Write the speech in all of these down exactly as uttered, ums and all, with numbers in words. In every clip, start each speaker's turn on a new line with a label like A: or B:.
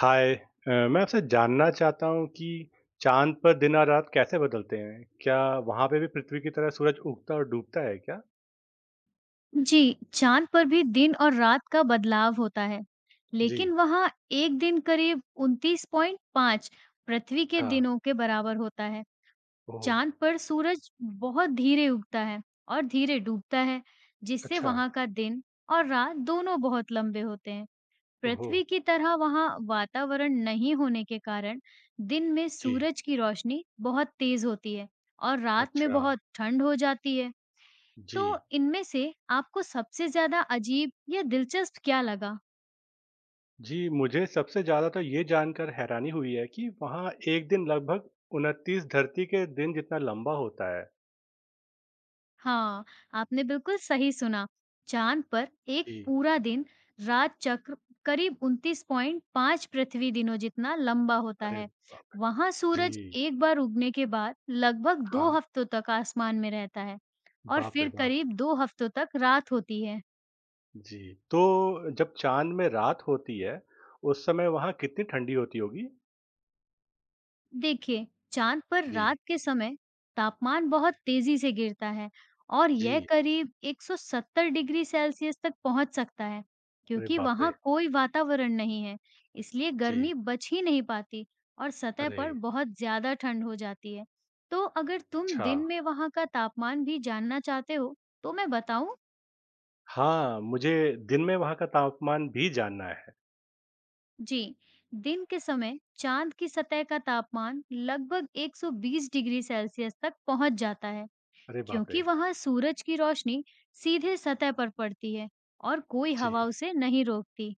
A: हाय अ, मैं आपसे जानना चाहता हूँ कि चाँद पर दिन और रात कैसे बदलते हैं? क्या वहाँ पे भी पृथ्वी की तरह सूरज उगता और डूबता है क्या?
B: जी, चाँद पर भी दिन और रात का बदलाव होता है,
A: जी।
B: लेकिन वहाँ एक दिन करीब उनतीस दशमलव पाँच पृथ्वी के
A: अच्छा।
B: दिनों के बराबर होता है।
A: ओह!
B: चाँद पर सूरज बहुत धीरे उगता है और धीरे डूबता है, जिससे
A: अच्छा।
B: वहाँ का दिन और रात दोनों बहुत लंबे होते हैं।
A: ओह!
B: पृथ्वी की तरह वहाँ वातावरण नहीं होने के कारण दिन में
A: जी।
B: सूरज की रोशनी बहुत तेज होती है और रात में
A: अच्छा।
B: बहुत ठंड हो जाती है। तो
A: जी।
B: इनमें से आपको सबसे ज़्यादा अजीब या दिलचस्प क्या लगा?
A: जी, मुझे सबसे ज़्यादा तो ये जानकर हैरानी हुई है कि वहाँ एक दिन लगभग उनतीस धरती के दिन जितना लंबा होता है।
B: हाँ, आपने बिल्कुल सही सुना। चाँद पर एक
A: जी।
B: पूरा दिन रात चक्र करीब उनतीस दशमलव पाँच पृथ्वी दिनों जितना लंबा होता
A: अरे
B: है।
A: बाप रे!
B: वहाँ सूरज
A: जी।
B: एक बार उगने के बाद लगभग दो
A: हाँ।
B: हफ्तों तक आसमान में रहता है और
A: बाप रे
B: फिर
A: बाप!
B: करीब दो हफ्तों तक रात होती है।
A: जी, तो जब चाँद में रात होती है, उस समय वहाँ कितनी ठंडी होती होगी?
B: देखिए, चाँद पर
A: जी,
B: रात के समय तापमान बहुत तेजी से गिरता है और यह
A: जी।
B: करीब एक सौ सत्तर डिग्री सेल्सियस तक पहुँच सकता है,
A: अरे
B: क्योंकि
A: बाप रे!
B: वहाँ कोई वातावरण नहीं है, इसलिए
A: जी।
B: गर्मी बच ही नहीं पाती और सतह
A: अरे!
B: पर बहुत ज़्यादा ठंड हो जाती है। तो अगर तुम
A: अच्छा।
B: दिन में वहाँ का तापमान भी जानना चाहते हो, तो मैं बताऊँ?
A: हाँ, मुझे दिन में वहाँ का तापमान भी जानना है।
B: जी, दिन के समय चाँद की सतह का तापमान लगभग एक सौ बीस डिग्री सेल्सियस तक पहुँच जाता है।
A: अरे बाप रे!
B: क्योंकि वहां सूरज की रोशनी सीधे सतह पर पड़ती है और कोई हवा
A: जी।
B: उसे नहीं रोकती।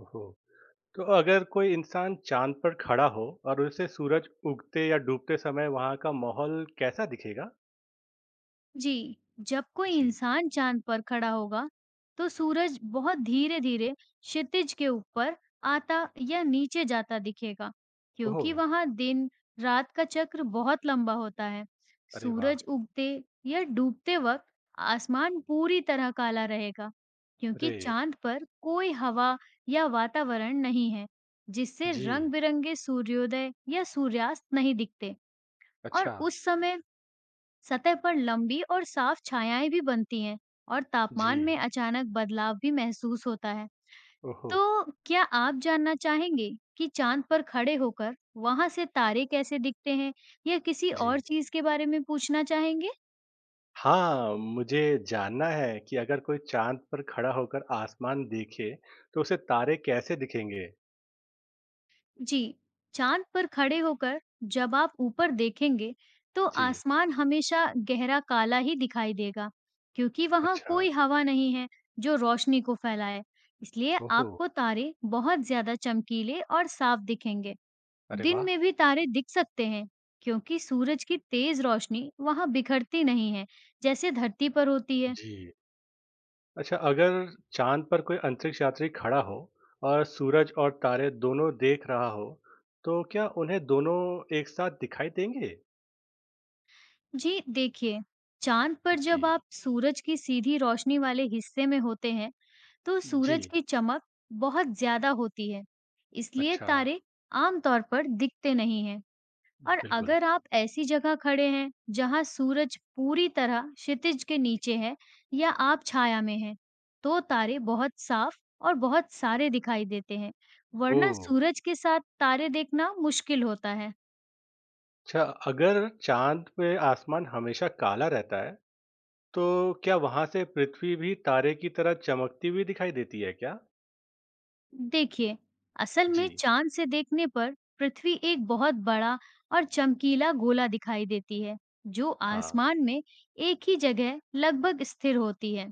A: ओहो! तो अगर कोई इंसान चाँद पर खड़ा हो और उसे सूरज उगते या डूबते समय वहाँ का माहौल कैसा दिखेगा?
B: जी, जब कोई
A: जी।
B: इंसान चाँद पर खड़ा होगा, तो सूरज बहुत धीरे-धीरे क्षितिज के ऊपर आता या नीचे जाता दिखेगा,
A: ओह!
B: क्योंकि वहाँ दिन-रात का चक्र बहुत लंबा होता है।
A: अरे वाह!
B: सूरज उगते या डूबते वक़्त आसमान पूरी तरह काला रहेगा, क्योंकि
A: अरे!
B: चाँद पर कोई हवा या वातावरण नहीं है, जिससे
A: जी,
B: रंग-बिरंगे सूर्योदय या सूर्यास्त नहीं दिखते और
A: अच्छा।
B: उस समय सतह पर लंबी और साफ छायाएं भी बनती हैं और तापमान
A: जी,
B: में अचानक बदलाव भी महसूस होता है।
A: ओहो!
B: तो क्या आप जानना चाहेंगे कि चांद पर खड़े होकर वहां से तारे कैसे दिखते हैं या किसी और
A: जी।
B: चीज के बारे में पूछना चाहेंगे?
A: हाँ, मुझे जानना है कि अगर कोई चाँद पर खड़ा होकर आसमान देखे, तो उसे तारे कैसे दिखेंगे?
B: जी, चाँद पर खड़े होकर जब आप ऊपर देखेंगे, तो
A: जी,
B: आसमान हमेशा गहरा काला ही दिखाई देगा, क्योंकि वहाँ
A: अच्छा।
B: कोई हवा नहीं है जो रोशनी को फैलाए। इसलिए
A: ओहो!
B: आपको तारे बहुत ज़्यादा चमकीले और साफ दिखेंगे।
A: अरे
B: दिन
A: वाह!
B: में भी तारे दिख सकते हैं, क्योंकि सूरज की तेज रोशनी वहाँ बिखरती नहीं है, जैसे धरती पर होती है।
A: जी। अच्छा, अगर चाँद पर कोई अंतरिक्ष यात्री खड़ा हो और सूरज और तारे दोनों देख रहा हो, तो क्या उन्हें दोनों एक साथ दिखाई देंगे?
B: जी, देखिए, चाँद पर जब
A: जी,
B: आप सूरज की सीधी रोशनी वाले हिस्से में होते हैं, तो
A: जी।
B: सूरज की चमक बहुत ज्यादा होती है, इसलिए
A: अच्छा,
B: तारे आमतौर पर दिखते नहीं हैं। और
A: बिल्कुल।
B: अगर आप ऐसी जगह खड़े हैं जहां सूरज पूरी तरह क्षितिज के नीचे है या आप छाया में हैं, तो तारे बहुत साफ और बहुत सारे दिखाई देते हैं, वरना
A: ओह!
B: सूरज के साथ तारे देखना मुश्किल होता है।
A: अच्छा, अगर चाँद पे आसमान हमेशा काला रहता है, तो क्या वहाँ से पृथ्वी भी तारे की तरह चमकती हुई दिखाई देती है क्या?
B: देखिए, असल
A: जी,
B: में चाँद से देखने पर पृथ्वी एक बहुत बड़ा और चमकीला गोला दिखाई देती है, जो
A: हाँ।
B: आसमान में एक ही जगह लगभग स्थिर होती है।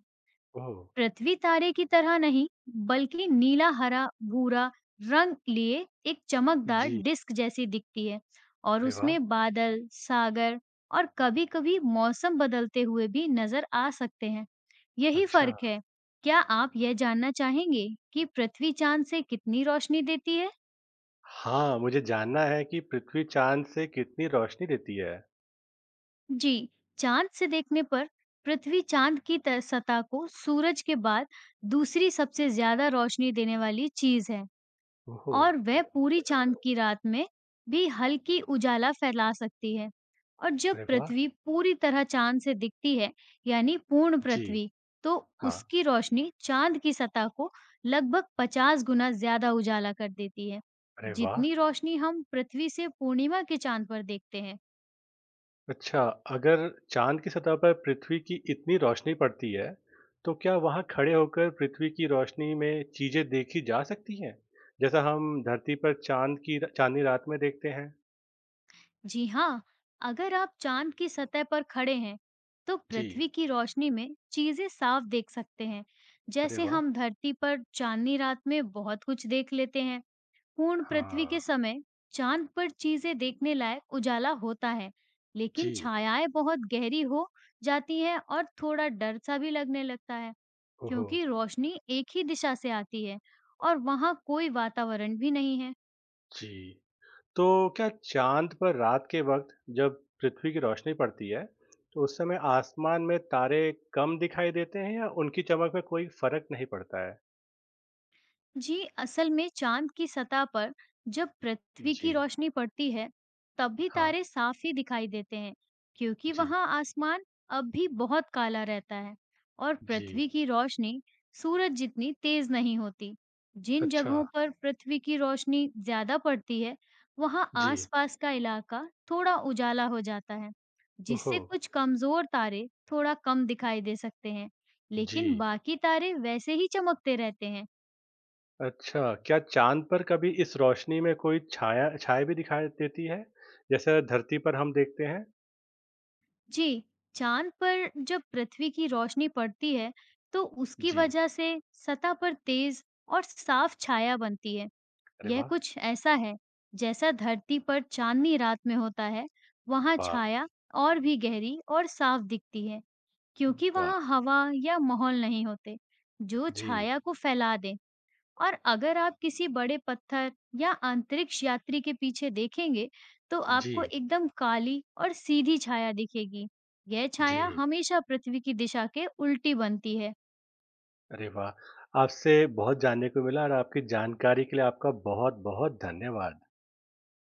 A: ओह!
B: पृथ्वी तारे की तरह नहीं, बल्कि नीला-हरा, भूरा रंग लिए एक चमकदार
A: जी,
B: डिस्क जैसी दिखती है और
A: अरे वाह!
B: उसमें बादल, सागर और कभी-कभी मौसम बदलते हुए भी नजर आ सकते हैं। यही
A: अच्छा।
B: फर्क है। क्या आप यह जानना चाहेंगे कि पृथ्वी चांद से कितनी रोशनी देती है?
A: हाँ, मुझे जानना है कि पृथ्वी चाँद से कितनी रोशनी देती है?
B: जी, चांद से देखने पर पृथ्वी चांद की त- सतह को सूरज के बाद दूसरी सबसे ज्यादा रोशनी देने वाली चीज है।
A: ओहो!
B: और वह पूरी चाँद की रात में भी हल्की उजाला फैला सकती है। और जब
A: अरे वाह!
B: पृथ्वी पूरी तरह चाँद से दिखती है, यानी पूर्ण
A: जी,
B: पृथ्वी, तो
A: हाँ।
B: उसकी रोशनी चाँद की सतह को लगभग पचास गुना ज़्यादा उजाला कर देती है,
A: अरे वाह!
B: जितनी रोशनी हम पृथ्वी से पूर्णिमा के चाँद पर देखते हैं।
A: अच्छा, अगर चाँद की सतह पर पृथ्वी की इतनी रोशनी पड़ती है, तो क्या वहाँ खड़े होकर पृथ्वी की रोशनी में चीज़ें देखी जा सकती हैं? जैसा हम धरती पर चाँद की चाँदनी रात में देखते हैं?
B: जी हाँ, अगर आप चांद की सतह पर खड़े हैं, तो
A: जी,
B: पृथ्वी की रोशनी में चीजें साफ देख सकते हैं।
A: अरे
B: जैसे
A: वाह!
B: हम धरती पर चांदनी रात में बहुत कुछ देख लेते हैं। पूर्ण पृथ्वी
A: हाँ,
B: के समय चांद पर चीजें देखने लायक उजाला होता है, लेकिन
A: जी।
B: छायाएं बहुत गहरी हो जाती हैं और थोड़ा डर सा भी लगने लगता है,
A: ओहो!
B: क्योंकि रोशनी एक ही दिशा से आती है और वहाँ कोई वातावरण भी नहीं है।
A: जी। तो क्या चाँद पर रात के वक़्त जब पृथ्वी की रोशनी पड़ती है, तो उस समय आसमान में तारे कम दिखाई देते हैं या उनकी चमक में कोई फ़र्क नहीं पड़ता है?
B: जी, असल में चाँद की सतह पर जब पृथ्वी
A: जी।
B: की रोशनी पड़ती है, तब भी
A: हाँ।
B: तारे साफ ही दिखाई देते हैं, क्योंकि
A: जी,
B: वहाँ आसमान अब भी बहुत काला रहता है और
A: जी।
B: पृथ्वी की रोशनी सूरज जितनी तेज नहीं होती। जिन
A: अच्छा।
B: जगहों पर पृथ्वी की रोशनी ज्यादा पड़ती है, वहाँ
A: जी।
B: आसपास का इलाका थोड़ा उजाला हो जाता है,
A: ओहो!
B: जिससे कुछ कमजोर तारे थोड़ा कम दिखाई दे सकते हैं,
A: जी।
B: लेकिन बाकी तारे वैसे ही चमकते रहते हैं।
A: अच्छा, क्या चाँद पर कभी इस रोशनी में कोई छाया छाया भी दिखाई देती है, जैसे धरती पर हम देखते हैं?
B: जी, चाँद पर जब पृथ्वी की रोशनी पड़ती है, तो उसकी
A: जी।
B: वजह से सतह पर तेज और साफ छाया बनती है।
A: अरे
B: यह
A: वाह!
B: कुछ ऐसा है, जैसा धरती पर चांदनी रात में होता है, वहाँ
A: वाह!
B: छाया और भी गहरी और साफ दिखती है, क्योंकि वहाँ
A: वाह!
B: हवा या माहौल नहीं होते, जो
A: जी।
B: छाया को फैला दें। और अगर आप किसी बड़े पत्थर या अंतरिक्ष यात्री के पीछे देखेंगे, तो
A: जी।
B: आपको एकदम काली और सीधी छाया दिखेगी। यह
A: जी।
B: छाया हमेशा पृथ्वी की दिशा के उल्टी बनती है
A: अरे वाह! आपसे बहुत जानने को मिला और आपकी जानकारी के लिए आपका बहुत-बहुत धन्यवाद।